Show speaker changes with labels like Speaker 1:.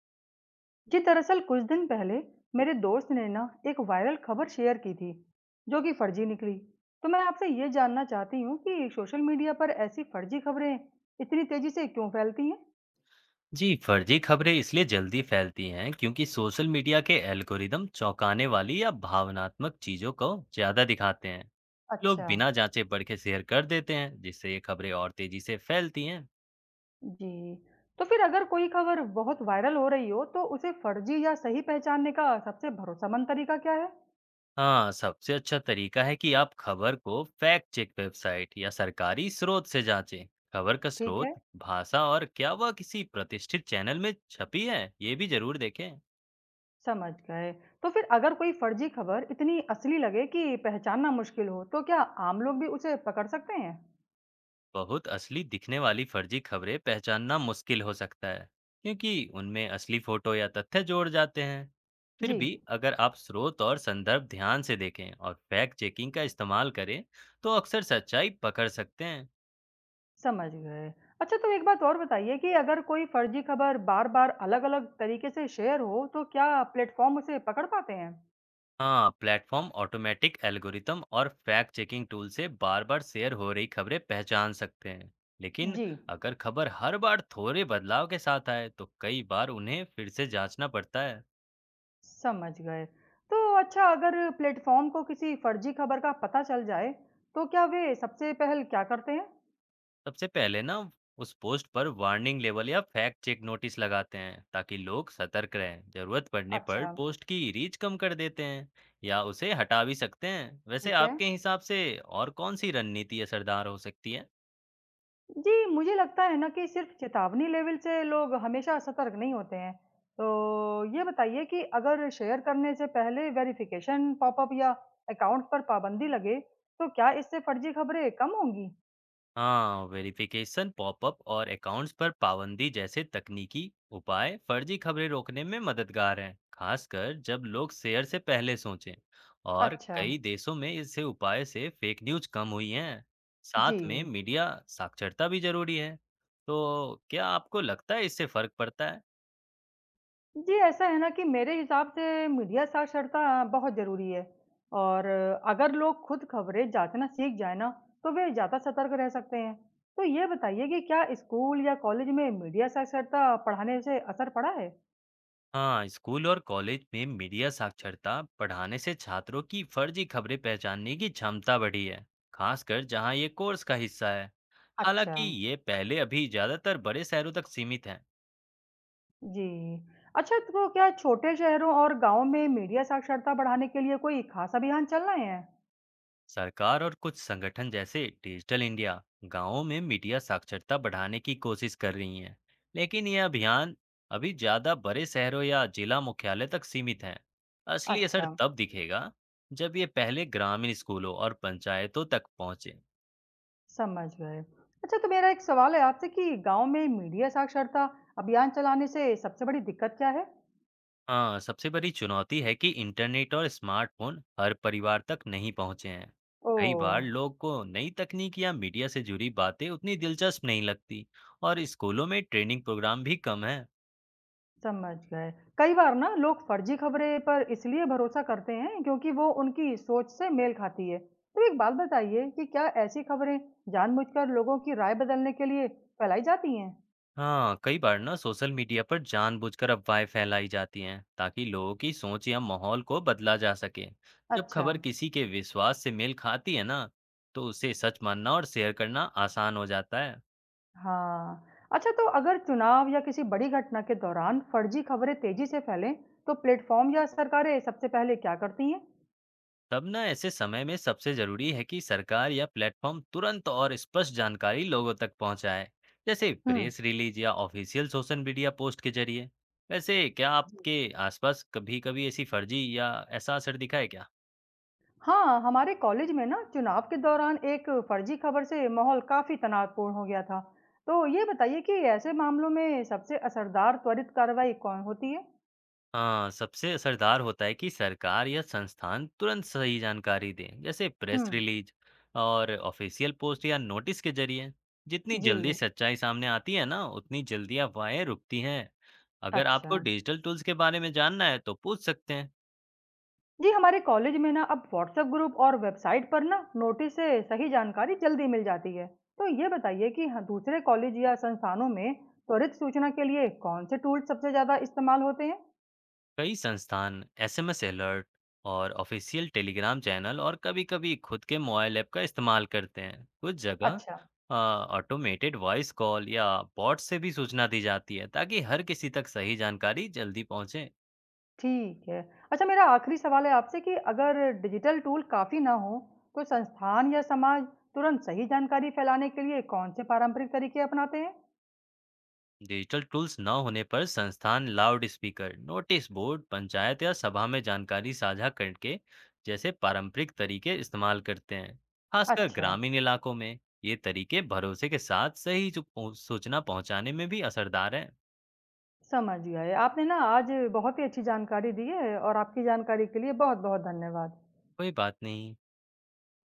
Speaker 1: जी दरअसल कुछ दिन पहले मेरे दोस्त ने ना एक वायरल खबर शेयर की थी जो कि फर्जी निकली। तो मैं आपसे ये जानना चाहती हूँ कि सोशल मीडिया पर ऐसी फर्जी खबरें इतनी तेजी से क्यों फैलती हैं।
Speaker 2: जी, फर्जी खबरें इसलिए जल्दी फैलती हैं क्योंकि सोशल मीडिया के एल्गोरिदम चौंकाने वाली या भावनात्मक चीजों को ज्यादा दिखाते हैं। लोग
Speaker 1: अच्छा।
Speaker 2: बिना जांचे परखे शेयर कर देते हैं, जिससे ये खबरें और तेजी से फैलती हैं।
Speaker 1: जी। तो फिर अगर कोई खबर बहुत वायरल हो रही हो, तो उसे फर्जी या सही पहचानने का सबसे भरोसेमंद तरीका क्या है?
Speaker 2: हाँ, सबसे अच्छा तरीका है कि आप खबर को फैक्ट चेक वेबसाइट या सरकारी स्रोत से जांचें। खबर का
Speaker 1: ठीक
Speaker 2: स्रोत,
Speaker 1: है।
Speaker 2: भाषा और क्या वह किसी प्रतिष्ठित चैनल में छपी है, ये भी जरूर देखें।
Speaker 1: समझ गए। तो फिर अगर कोई फर्जी खबर इतनी असली लगे कि पहचानना मुश्किल हो, तो क्या आम लोग भी उसे पकड़ सकते हैं?
Speaker 2: बहुत असली दिखने वाली फर्जी खबरें पहचानना मुश्किल हो सकता है क्योंकि उनमें असली फोटो या तथ्य जोड़ जाते हैं। फिर
Speaker 1: जी।
Speaker 2: भी अगर आप स्रोत और संदर्भ ध्यान से देखें और फैक्ट चेकिंग का इस्तेमाल करें तो अक्सर सच्चाई पकड़ सकते हैं।
Speaker 1: समझ गए। अच्छा, तो एक बात और बताइए कि अगर कोई फर्जी खबर बार-बार अलग-अलग तरीके से शेयर हो, तो क्या प्लेटफ़ॉर्म उसे पकड़ पाते हैं?
Speaker 2: हाँ, प्लेटफॉर्म ऑटोमेटिक एल्गोरिथम और फैक्ट चेकिंग टूल से बार बार शेयर हो रही खबरें पहचान सकते हैं, लेकिन
Speaker 1: जी।
Speaker 2: अगर खबर हर बार थोड़े बदलाव के साथ आए तो कई बार उन्हें फिर से जांचना पड़ता है।
Speaker 1: समझ गए। तो अच्छा, अगर प्लेटफ़ॉर्म को किसी फर्जी खबर का पता चल जाए, तो क्या वे सबसे पहल क्या करते हैं?
Speaker 2: सबसे पहले ना उस पोस्ट पर वार्निंग लेबल या फैक्ट चेक नोटिस लगाते हैं ताकि लोग सतर्क रहें। जरूरत पड़ने पर
Speaker 1: अच्छा।
Speaker 2: पोस्ट की रीच कम कर देते हैं या उसे हटा भी सकते हैं। वैसे
Speaker 1: ठीक है।
Speaker 2: आपके हिसाब से और कौन सी रणनीति असरदार हो सकती है?
Speaker 1: जी, मुझे लगता है ना कि सिर्फ़ चेतावनी लेवल से लोग हमेशा सतर्क नहीं होते हैं। तो ये बताइए कि अगर शेयर करने से पहले वेरिफ़िकेशन पॉपअप या अकाउंट पर पाबंदी लगे, तो क्या इससे फ़र्ज़ी खबरें कम होंगी?
Speaker 2: हाँ, वेरिफिकेशन पॉपअप और अकाउंट्स पर पाबंदी जैसे तकनीकी उपाय फर्जी खबरें रोकने में मददगार हैं, खासकर जब लोग शेयर से पहले सोचें। और
Speaker 1: अच्छा।
Speaker 2: कई देशों में इससे उपाय से फेक न्यूज कम हुई हैं।
Speaker 1: जी।
Speaker 2: साथ में मीडिया साक्षरता भी जरूरी है। तो क्या आपको लगता है इससे फर्क पड़ता है?
Speaker 1: जी, ऐसा है ना कि मेरे हिसाब से मीडिया साक्षरता बहुत ज़रूरी है। और अगर लोग खुद खबरें जाँचना सीख जाएँ ना, तो वे ज़्यादा सतर्क रह सकते हैं। तो ये बताइए कि क्या स्कूल या कॉलेज में मीडिया साक्षरता पढ़ाने से असर पड़ा है?
Speaker 2: हाँ, स्कूल और कॉलेज में मीडिया साक्षरता पढ़ाने से छात्रों की फर्जी खबरें पहचानने की क्षमता बढ़ी है, खासकर जहाँ ये कोर्स का हिस्सा है।
Speaker 1: अच्छा।
Speaker 2: हालांकि ये पहले अभी ज़्यादातर बड़े शहरों तक सीमित है।
Speaker 1: जी। अच्छा, तो क्या छोटे शहरों और गाँव में मीडिया साक्षरता बढ़ाने के लिए कोई खास अभियान चल रहे हैं?
Speaker 2: सरकार और कुछ संगठन जैसे डिजिटल इंडिया गांवों में मीडिया साक्षरता बढ़ाने की कोशिश कर रही हैं, लेकिन यह अभियान अभी ज़्यादा बड़े शहरों या जिला मुख्यालय तक सीमित है। असली असर
Speaker 1: अच्छा।
Speaker 2: तब दिखेगा जब ये पहले ग्रामीण स्कूलों और पंचायतों तक पहुंचे।
Speaker 1: समझ गए। अच्छा, तो मेरा एक सवाल है आपसे कि गाँव में मीडिया साक्षरता अभियान चलाने से सबसे बड़ी दिक्कत क्या है?
Speaker 2: हाँ, सबसे बड़ी चुनौती है कि इंटरनेट और स्मार्टफ़ोन हर परिवार तक नहीं पहुँचे हैं। कई
Speaker 1: ओह!
Speaker 2: बार लोग को नई तकनीक या मीडिया से जुड़ी बातें उतनी दिलचस्प नहीं लगती और स्कूलों में ट्रेनिंग प्रोग्राम भी कम है।
Speaker 1: समझ गए। कई बार ना लोग फर्जी खबरें पर इसलिए भरोसा करते हैं क्योंकि वो उनकी सोच से मेल खाती है। तो एक बात बताइए कि क्या ऐसी खबरें जानबूझकर लोगों की राय बदलने के लिए फैलाई जाती हैं?
Speaker 2: हाँ, कई बार ना सोशल मीडिया पर जानबूझकर अफवाहें फैलाई जाती हैं ताकि लोगों की सोच या माहौल को बदला जा सके। जब
Speaker 1: अच्छा।
Speaker 2: खबर किसी के विश्वास से मेल खाती है ना, तो उसे सच मानना और शेयर करना आसान हो जाता है।
Speaker 1: हाँ, अच्छा, तो अगर चुनाव या किसी बड़ी घटना के दौरान फर्जी खबरें तेजी से फैलें, तो प्लेटफॉर्म या सरकारें सबसे पहले क्या करती हैं?
Speaker 2: तब ना ऐसे समय में सबसे जरूरी है कि सरकार या प्लेटफॉर्म तुरंत और स्पष्ट जानकारी लोगों तक पहुंचाए, जैसे
Speaker 1: हम्म।
Speaker 2: प्रेस रिलीज या ऑफिशियल सोशल मीडिया पोस्ट के जरिए। वैसे क्या
Speaker 1: जी।
Speaker 2: आपके आसपास कभी कभी ऐसी फर्जी या ऐसा असर दिखा है क्या?
Speaker 1: हाँ, हमारे कॉलेज में ना चुनाव के दौरान एक फर्जी खबर से माहौल काफी तनावपूर्ण हो गया था। तो ये बताइए कि ऐसे मामलों में सबसे असरदार त्वरित कार्रवाई कौन होती है?
Speaker 2: हाँ, सबसे असरदार होता है कि सरकार या संस्थान तुरंत सही जानकारी दें, जैसे प्रेस
Speaker 1: हम्म।
Speaker 2: रिलीज और ऑफिशियल पोस्ट या नोटिस के जरिए। जितनी
Speaker 1: जी।
Speaker 2: जल्दी सच्चाई सामने आती है ना, उतनी जल्दी अफवाहें रुकती हैं। अगर आपको
Speaker 1: अच्छा।
Speaker 2: डिजिटल टूल्स के बारे में जानना है, तो पूछ सकते हैं।
Speaker 1: जी, हमारे कॉलेज में ना अब व्हाट्सएप ग्रुप और वेबसाइट पर ना नोटिस से सही जानकारी जल्दी मिल जाती है। तो ये बताइए कि हाँ, दूसरे कॉलेज या संस्थानों में त्वरित सूचना के लिए कौन से टूल सबसे ज़्यादा इस्तेमाल होते हैं?
Speaker 2: कई संस्थान एसएमएस अलर्ट और ऑफिशियल टेलीग्राम चैनल और कभी-कभी खुद के मोबाइल ऐप का इस्तेमाल करते हैं। कुछ जगह
Speaker 1: अच्छा।
Speaker 2: ऑटोमेटेड वॉइस कॉल या बॉट से भी सूचना दी जाती है ताकि हर किसी तक सही जानकारी जल्दी पहुंचे।
Speaker 1: ठीक है। अच्छा, मेरा आखिरी सवाल है आपसे कि अगर डिजिटल टूल काफ़ी ना हो, तो संस्थान या समाज तुरंत सही जानकारी फैलाने के लिए कौन से पारंपरिक तरीके अपनाते हैं?
Speaker 2: डिजिटल टूल्स न होने पर संस्थान loudspeaker, notice board, panchayat या सभा में जानकारी साझा करके जैसे पारंपरिक तरीके इस्तेमाल करते हैं, खासकर
Speaker 1: अच्छा,
Speaker 2: ग्रामीण इलाकों में। ये तरीके भरोसे के साथ सही सूचना पहुंचाने में भी असरदार हैं।
Speaker 1: समझ गए आपने ना, आज बहुत ही अच्छी जानकारी दी है। और आपकी जानकारी के लिए बहुत बहुत धन्यवाद।
Speaker 2: कोई बात नहीं।